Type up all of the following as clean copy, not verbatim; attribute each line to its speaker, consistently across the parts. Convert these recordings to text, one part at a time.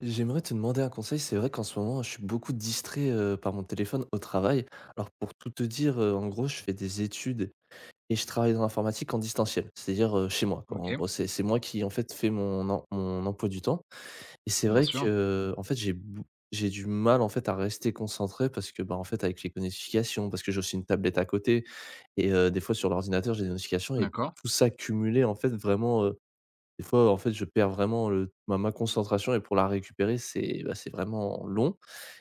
Speaker 1: J'aimerais te demander un conseil. C'est vrai qu'en ce moment, je suis beaucoup distrait, par mon téléphone au travail. Alors pour tout te dire, en gros, je fais des études et je travaille dans l'informatique en distanciel. C'est-à-dire, chez moi, quoi.
Speaker 2: OK,
Speaker 1: En gros, c'est moi qui, en fait, fais mon mon emploi du temps et c'est
Speaker 2: bien
Speaker 1: vrai que,
Speaker 2: sûr.
Speaker 1: en fait, j'ai du mal, en fait, à rester concentré parce que, bah, en fait, avec les notifications, parce que j'ai aussi une tablette à côté et des fois sur l'ordinateur, j'ai des notifications et
Speaker 2: D'accord.
Speaker 1: tout ça cumulé, en fait, vraiment, des fois, en fait, je perds vraiment le ma ma concentration et pour la récupérer, c'est, bah, c'est vraiment long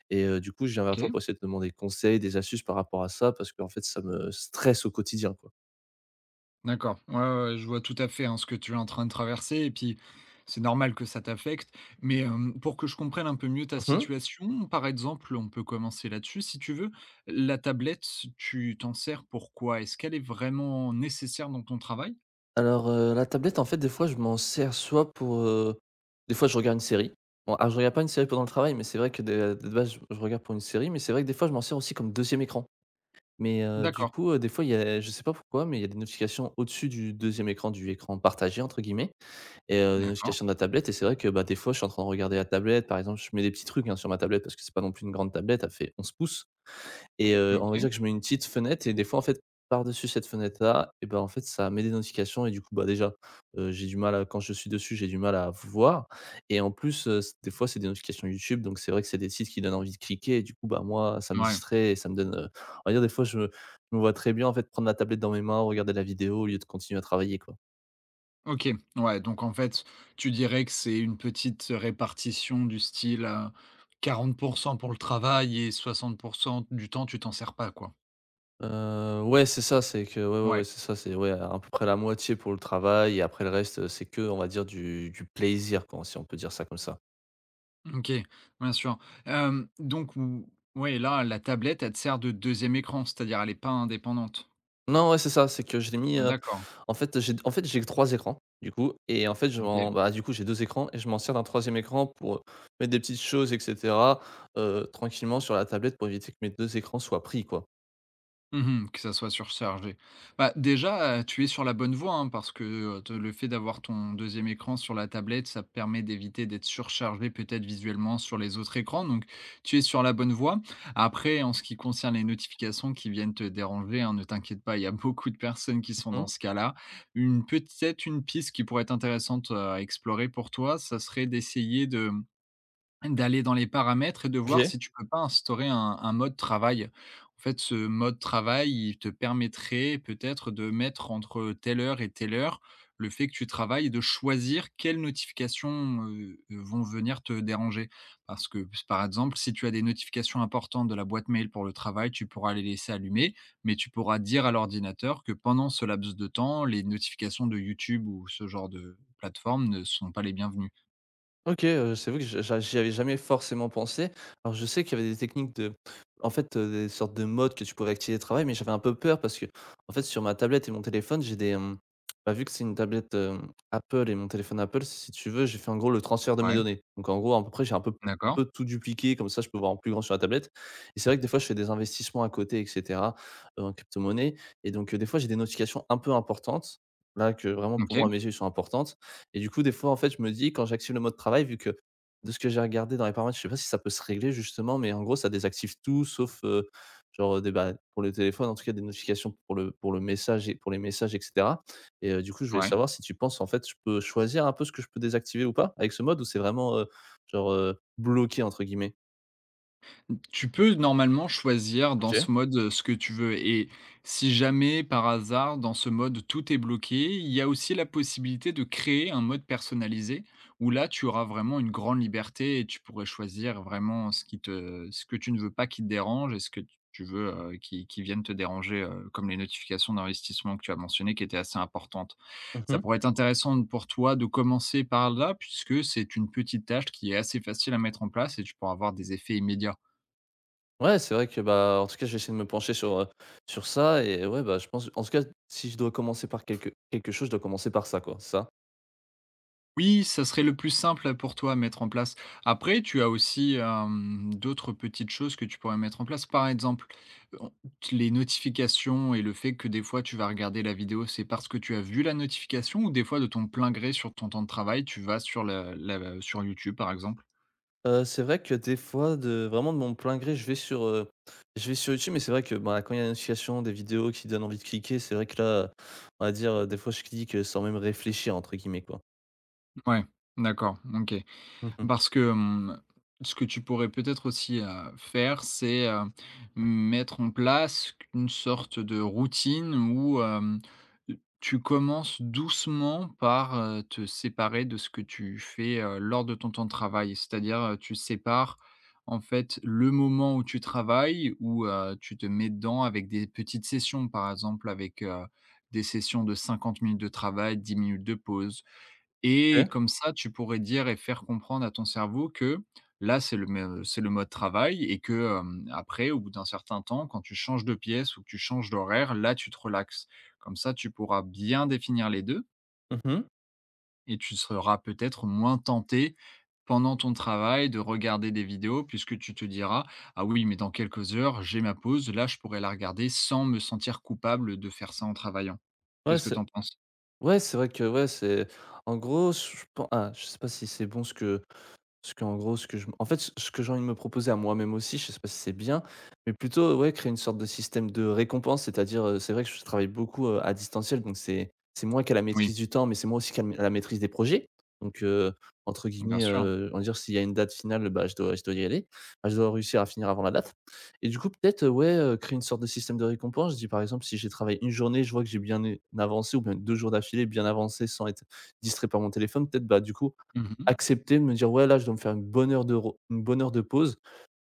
Speaker 1: et du coup, je viens vers toi
Speaker 2: OK.
Speaker 1: pour essayer de te demander conseil, des astuces par rapport à ça parce qu'en fait, ça me stresse au quotidien, quoi.
Speaker 2: D'accord. Ouais, ouais, ouais, je vois tout à fait, hein, ce que tu es en train de traverser et puis c'est normal que ça t'affecte. Mais, pour que je comprenne un peu mieux ta
Speaker 1: Mmh.
Speaker 2: situation, par exemple, on peut commencer là-dessus si tu veux. La tablette, tu t'en sers pour quoi? Est-ce qu'elle est vraiment nécessaire dans ton travail?
Speaker 1: Alors, la tablette, en fait, des fois, je m'en sers soit pour, des fois, je regarde une série. Bon, alors, je regarde pas une série pendant le travail, mais c'est vrai que de base, je regarde pour une série, mais c'est vrai que des fois, je m'en sers aussi comme deuxième écran. Mais du
Speaker 2: D'accord,
Speaker 1: coup, des fois, il y a je sais pas pourquoi, mais il y a des notifications au-dessus du deuxième écran, du «écran partagé» entre guillemets. Et les
Speaker 2: d'accord,
Speaker 1: notifications de la tablette. Et c'est vrai que, bah, des fois, je suis en train de regarder la tablette, par exemple, je mets des petits trucs, hein, sur ma tablette parce que c'est pas non plus une grande tablette, elle fait 11 pouces et on va
Speaker 2: OK,
Speaker 1: dire que je mets une petite fenêtre et des fois, en fait, par-dessus cette fenêtre-là et bah, en fait, ça met des notifications et du coup, bah, déjà, j'ai du mal à quand je suis dessus, j'ai du mal à voir et en plus, c des fois, c'est des notifications YouTube donc c'est vrai que c'est des sites qui donnent envie de cliquer et du coup, bah, moi, ça me
Speaker 2: ouais.
Speaker 1: distrait et ça me donne, on va dire, des fois, je me vois très bien, en fait, prendre la tablette dans mes mains, regarder la vidéo au lieu de continuer à travailler, quoi.
Speaker 2: OK, ouais, donc en fait, tu dirais que c'est une petite répartition du style, 40% pour le travail et 60 du temps, tu t'en sers pas, quoi?
Speaker 1: Ouais, c'est ça, c'est que ouais, ouais, ouais,
Speaker 2: Ouais,
Speaker 1: c'est ça, c'est ouais, à peu près la moitié pour le travail et après le reste, c'est que, on va dire du plaisir quand si on peut dire ça comme ça.
Speaker 2: OK, bien sûr. Donc ou ouais, là, la tablette, elle te sert de deuxième écran, c'est-à-dire elle est pas indépendante?
Speaker 1: Non, ouais, c'est ça, c'est que je l'ai mis,
Speaker 2: D'accord,
Speaker 1: en fait, j'ai que 3 écrans du coup et en fait,
Speaker 2: OK.
Speaker 1: du coup, j'ai 2 écrans et je m'en sers d'un troisième écran pour, mettre des petites choses et cetera, tranquillement sur la tablette pour éviter que mes 2 écrans soient pris, quoi.
Speaker 2: Mmh que ça soit surchargé. Bah, déjà, tu es sur la bonne voie, hein, parce que, te le fait d'avoir ton deuxième écran sur la tablette, ça permet d'éviter d'être surchargé peut-être visuellement sur les autres écrans, donc tu es sur la bonne voie. Après, en ce qui concerne les notifications qui viennent te déranger, hein, ne t'inquiète pas, il y a beaucoup de personnes qui sont
Speaker 1: Mmh
Speaker 2: dans
Speaker 1: mh.
Speaker 2: ce cas-là. Une peut-être une piste qui pourrait être intéressante, à explorer pour toi, ça serait d'essayer de D'aller dans les paramètres et de voir
Speaker 1: OK.
Speaker 2: si tu peux pas instaurer un mode travail. En fait, ce mode travail, il te permettrait peut-être de mettre entre telle heure et telle heure le fait que tu travailles et de choisir quelles notifications, vont venir te déranger. Parce que, par exemple, si tu as des notifications importantes de la boîte mail pour le travail, tu pourras les laisser allumées, mais tu pourras dire à l'ordinateur que pendant ce laps de temps, les notifications de YouTube ou ce genre de plateforme ne sont pas les bienvenues.
Speaker 1: OK, c'est vrai que je j'a j'y avais jamais forcément pensé. Alors je sais qu'il y avait des techniques de en fait, des sortes de modes que tu pouvais activer de travail, mais j'avais un peu peur parce que, en fait sur ma tablette et mon téléphone, bah, vu que c'est une tablette, Apple et mon téléphone Apple, si tu veux, j'ai fait en gros le transfert de mes
Speaker 2: Ouais,
Speaker 1: données. Donc en gros à peu près j'ai un peu plus un
Speaker 2: d'accord.
Speaker 1: peu tout dupliqué comme ça je peux voir en plus grand sur la tablette et c'est vrai que des fois je fais des investissements à côté et cetera, en crypto-monnaie et donc, des fois j'ai des notifications un peu importantes, là que vraiment pour moi à
Speaker 2: OK,
Speaker 1: mes yeux sont importantes et du coup, des fois, en fait, je me dis quand j'active le mode travail, vu que de ce que j'ai regardé dans les paramètres, je sais pas si ça peut se régler justement, mais en gros, ça désactive tout sauf, genre, des bah, pour le téléphone, en tout cas des notifications pour le message et pour les messages et cetera. Et du coup, je voulais
Speaker 2: ouais.
Speaker 1: savoir si tu penses, en fait, je peux choisir un peu ce que je peux désactiver ou pas avec ce mode ou c'est vraiment, genre, «bloqué» entre guillemets?
Speaker 2: Tu peux normalement choisir dans
Speaker 1: OK.
Speaker 2: ce mode, ce que tu veux et si jamais par hasard dans ce mode tout est bloqué, il y a aussi la possibilité de créer un mode personnalisé où là tu auras vraiment une grande liberté et tu pourrais choisir vraiment ce qui te ce que tu ne veux pas qui te dérange et ce que tu veux, qui vienne te déranger, comme les notifications d'investissement que tu as mentionnées qui étaient assez importantes. Ça
Speaker 1: Mmh.
Speaker 2: pourrait être intéressant pour toi de commencer par là puisque c'est une petite tâche qui est assez facile à mettre en place et tu pourras avoir des effets immédiats.
Speaker 1: Ouais, c'est vrai que, bah, en tout cas, j'ai essayé de me pencher sur ça et ouais, bah, je pense en tout cas, si je dois commencer par quelque chose, je dois commencer par ça, quoi, c'est ça?
Speaker 2: Oui, ça serait le plus simple pour toi à mettre en place. Après, tu as aussi, d'autres petites choses que tu pourrais mettre en place. Par exemple, on t les notifications et le fait que des fois tu vas regarder la vidéo, c'est parce que tu as vu la notification ou des fois de ton plein gré sur ton temps de travail, tu vas sur la la sur YouTube, par exemple?
Speaker 1: C'est vrai que des fois de vraiment de mon plein gré, je vais sur YouTube, mais c'est vrai que, bah, quand il y a une notification, des vidéos qui donnent envie de cliquer, c'est vrai que là, on va dire, des fois je clique, sans même «réfléchir» entre guillemets, quoi.
Speaker 2: Ouais, d'accord, OK.
Speaker 1: Mmh.
Speaker 2: Parce que, ce que tu pourrais peut-être aussi, faire, c'est, mettre en place une sorte de routine où, tu commences doucement par, te séparer de ce que tu fais, lors de ton temps de travail. C'est-à-dire, tu sépares, en fait, le moment où tu travailles, où, tu te mets dedans avec des petites sessions, par exemple avec, des sessions de 50 minutes de travail, 10 minutes de pause. Et
Speaker 1: OK.
Speaker 2: comme ça, tu pourrais dire et faire comprendre à ton cerveau que là, c'est le mode travail et que, après, au bout d'un certain temps, quand tu changes de pièce ou que tu changes d'horaire, là, tu te relaxes. Comme ça, tu pourras bien définir les 2
Speaker 1: Mmh.
Speaker 2: et tu seras peut-être moins tenté pendant ton travail de regarder des vidéos puisque tu te diras: «Ah oui, mais dans quelques heures, j'ai ma pause, là, je pourrais la regarder sans me sentir coupable de faire ça en travaillant».
Speaker 1: Ouais,
Speaker 2: Qu'est-ce que tu
Speaker 1: c'est
Speaker 2: en penses?
Speaker 1: ouais, c'est vrai que ouais, c'est en gros, je pen ah, je sais pas si c'est bon ce que. Parce qu'en gros, ce que je en fait, ce que j'ai envie de me proposer à moi-même aussi, je sais pas si c'est bien, mais plutôt, ouais, créer une sorte de système de récompense. C'est-à-dire, c'est vrai que je travaille beaucoup, à distanciel, donc c'est moi qui ai la
Speaker 2: Oui,
Speaker 1: maîtrise du temps, mais c'est moi aussi qui a la maîtrise des projets. Donc, entre
Speaker 2: bien
Speaker 1: guillemets,
Speaker 2: sûr.
Speaker 1: on va dire s'il y a une date finale, bah, je dois y aller. Bah, je dois réussir à finir avant la date et du coup, peut-être, ouais, créer une sorte de système de récompense. Je dis, par exemple, si j'ai travaillé une journée, je vois que j'ai bien é avancé ou bien 2 jours d'affilée bien avancé sans être distrait par mon téléphone, peut-être, bah, du coup,
Speaker 2: Mmh.
Speaker 1: accepter de me dire: «Ouais, là, je dois me faire une bonne heure de pause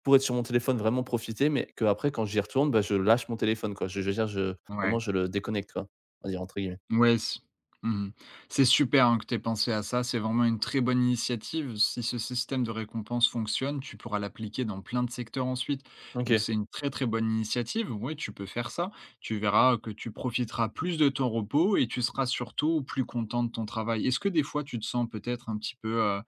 Speaker 1: pour être sur mon téléphone, vraiment profiter», mais que après quand j'y retourne, bah, je lâche mon téléphone, quoi. Je veux dire, je vraiment
Speaker 2: Ouais.
Speaker 1: je le «déconnecte», quoi, on va dire, entre guillemets.
Speaker 2: Ouais, mmh C'est super, hein, que tu aies pensé à ça, c'est vraiment une très bonne initiative. Si ce système de récompense fonctionne, tu pourras l'appliquer dans plein de secteurs ensuite. Donc
Speaker 1: OK.
Speaker 2: c'est une très, très bonne initiative. Oui, tu peux faire ça. Tu verras que tu profiteras plus de ton repos et tu seras surtout plus content de ton travail. Est-ce que des fois tu te sens peut-être un petit peu,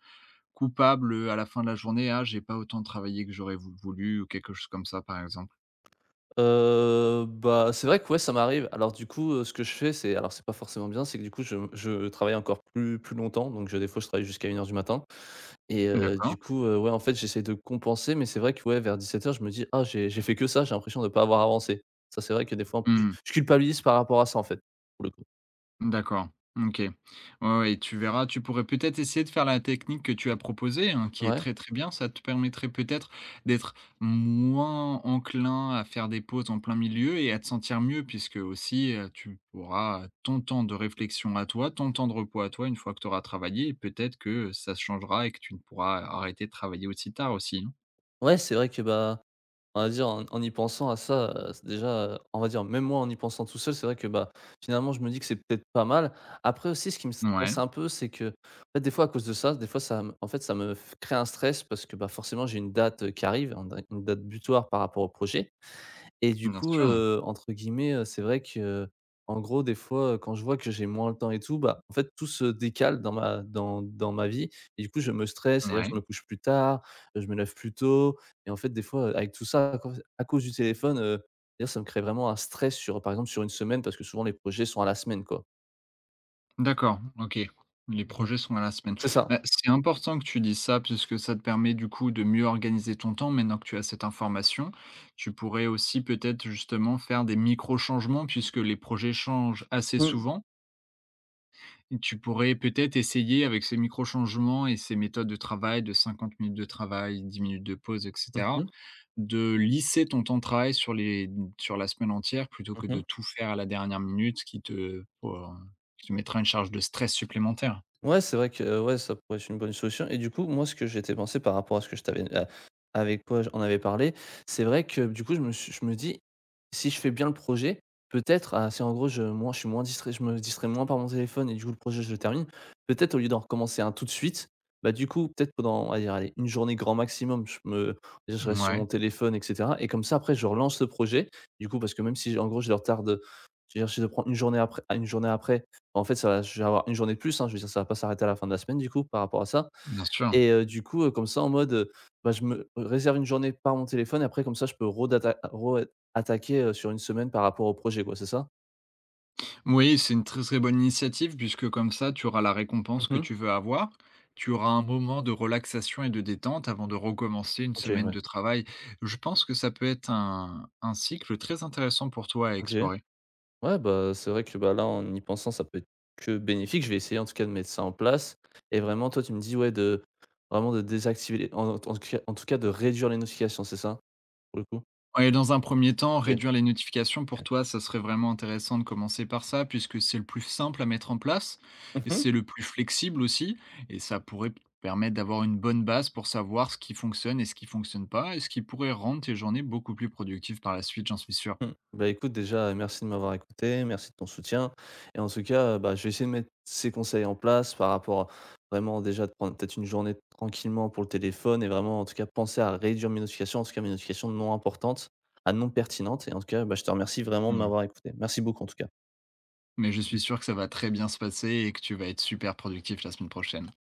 Speaker 2: coupable, à la fin de la journée? «Ah, j'ai pas autant travaillé que j'aurais voulu» ou quelque chose comme ça, par exemple?
Speaker 1: Bah, c'est vrai que ouais, ça m'arrive. Alors du coup, ce que je fais, c'est alors c'est pas forcément bien, c'est que du coup je travaille encore plus longtemps, donc je des fois je travaille jusqu'à une heure du matin et
Speaker 2: D'accord.
Speaker 1: du coup, ouais, en fait, j'essaie de compenser, mais c'est vrai que ouais, vers 17 heures je me dis: «Ah j'ai fait que ça, j'ai l'impression de ne pas avoir avancé». Ça, c'est vrai que des fois, un peu, je
Speaker 2: Mmh.
Speaker 1: je culpabilise par rapport à ça, en fait, pour le coup.
Speaker 2: D'accord, OK. Ouais, ouais et tu verras, tu pourrais peut-être essayer de faire la technique que tu as proposée, hein, qui est
Speaker 1: Ouais.
Speaker 2: très, très bien. Ça te permettrait peut-être d'être moins enclin à faire des pauses en plein milieu et à te sentir mieux puisque aussi, tu auras, ton temps de réflexion à toi, ton temps de repos à toi une fois que tu auras travaillé et peut-être que ça changera et que tu ne pourras arrêter de travailler aussi tard aussi, hein.
Speaker 1: Ouais, c'est vrai que, bah, on va dire en y pensant à ça, c'est déjà, on va dire même moi en y pensant tout seul, c'est vrai que, bah, finalement je me dis que c'est peut-être pas mal. Après aussi ce qui me
Speaker 2: Ouais,
Speaker 1: stresse un peu, c'est que, en fait, des fois à cause de ça, des fois ça me en fait ça me f crée un stress parce que, bah, forcément j'ai une date, qui arrive, un une date butoir par rapport au projet et du
Speaker 2: bien
Speaker 1: coup,
Speaker 2: sûr,
Speaker 1: entre guillemets, c'est vrai que, en gros, des fois, quand je vois que j'ai moins le temps et tout, bah, en fait, tout se décale dans ma vie et du coup, je me stresse, c'est-à-dire
Speaker 2: ouais.
Speaker 1: je me couche plus tard, je me lève plus tôt et en fait, des fois, avec tout ça, à cause du téléphone, d'ailleurs, ça me crée vraiment un stress sur, par exemple, sur une semaine parce que souvent les projets sont à la semaine, quoi.
Speaker 2: D'accord, OK. Les
Speaker 1: Mmh mh.
Speaker 2: projets sont à la semaine.
Speaker 1: C'est ça.
Speaker 2: Bah, c'est important que tu dises ça puisque ça te permet du coup de mieux organiser ton temps maintenant que tu as cette information. Tu pourrais aussi peut-être justement faire des micro-changements puisque les projets changent assez
Speaker 1: Mmh.
Speaker 2: souvent. Tu pourrais peut-être essayer avec ces micro-changements et ces méthodes de travail de 50 minutes de travail, 10 minutes de pause, et
Speaker 1: Mmh
Speaker 2: cetera,
Speaker 1: mh.
Speaker 2: de lisser ton temps de travail sur les sur la semaine entière plutôt
Speaker 1: Mmh
Speaker 2: que de
Speaker 1: mh.
Speaker 2: tout faire à la dernière minute, ce qui te pour qui te mettra une charge de stress supplémentaire.
Speaker 1: Ouais, c'est vrai que, ouais, ça pourrait être une bonne solution et du coup, moi, ce que j'étais pensé par rapport à ce que je t'avais a avec quoi on avait parlé, c'est vrai que du coup, je me dis: «Si je fais bien le projet, peut-être» ah, si en gros je moi, je suis moins distrait, je me distrais moins par mon téléphone et du coup le projet je le termine. Peut-être au lieu d'en recommencer un tout de suite, bah, du coup, peut-être pendant, on va dire, allez, une journée grand maximum, je reste sur
Speaker 2: Ouais,
Speaker 1: mon téléphone et cetera et comme ça après je relance le projet. Du coup, parce que même si en gros je le retarde, je veux dire, si je journée après une journée après, en fait, ça va je vais avoir une journée de plus, hein, je veux dire ça va pas s'arrêter à la fin de la semaine du coup par rapport à ça
Speaker 2: bien sûr.
Speaker 1: et du coup, comme ça en mode, bah, je me réserve une journée par mon téléphone et après comme ça je peux redatta re attaquer, sur une semaine par rapport au projet quoi, c'est ça?
Speaker 2: Oui, c'est une très, très bonne initiative puisque comme ça, tu auras la récompense que
Speaker 1: Mmh.
Speaker 2: tu veux avoir. Tu auras un moment de relaxation et de détente avant de recommencer une
Speaker 1: OK,
Speaker 2: semaine
Speaker 1: ouais.
Speaker 2: de travail. Je pense que ça peut être un cycle très intéressant pour toi à
Speaker 1: OK.
Speaker 2: explorer.
Speaker 1: Ouais, bah, c'est vrai que, bah, là, en y pensant, ça peut être que bénéfique. Je vais essayer en tout cas de mettre ça en place et vraiment toi tu me dis, ouais, de vraiment de désactiver les en tout cas de réduire les notifications, c'est ça? Pour le coup?
Speaker 2: Ouais, dans un premier temps,
Speaker 1: OK.
Speaker 2: réduire les notifications pour
Speaker 1: OK.
Speaker 2: toi, ça serait vraiment intéressant de commencer par ça, puisque c'est le plus simple à mettre en place et
Speaker 1: Mmh.
Speaker 2: c'est le plus flexible aussi. Et ça pourrait te permettre d'avoir une bonne base pour savoir ce qui fonctionne et ce qui fonctionne pas, et ce qui pourrait rendre tes journées beaucoup plus productives par la suite, j'en suis sûr.
Speaker 1: Mmh. Bah, écoute, déjà, merci de m'avoir écouté, merci de ton soutien et en tout cas, bah, je vais essayer de mettre ces conseils en place par rapport à vraiment déjà de prendre peut-être une journée tranquillement pour le téléphone et vraiment en tout cas penser à réduire mes notifications, en tout cas mes notifications non importantes à non pertinentes et en tout cas, bah, je te remercie vraiment de
Speaker 2: Mmh.
Speaker 1: m'avoir écouté. Merci beaucoup en tout cas.
Speaker 2: Mais je suis sûr que ça va très bien se passer et que tu vas être super productif la semaine prochaine.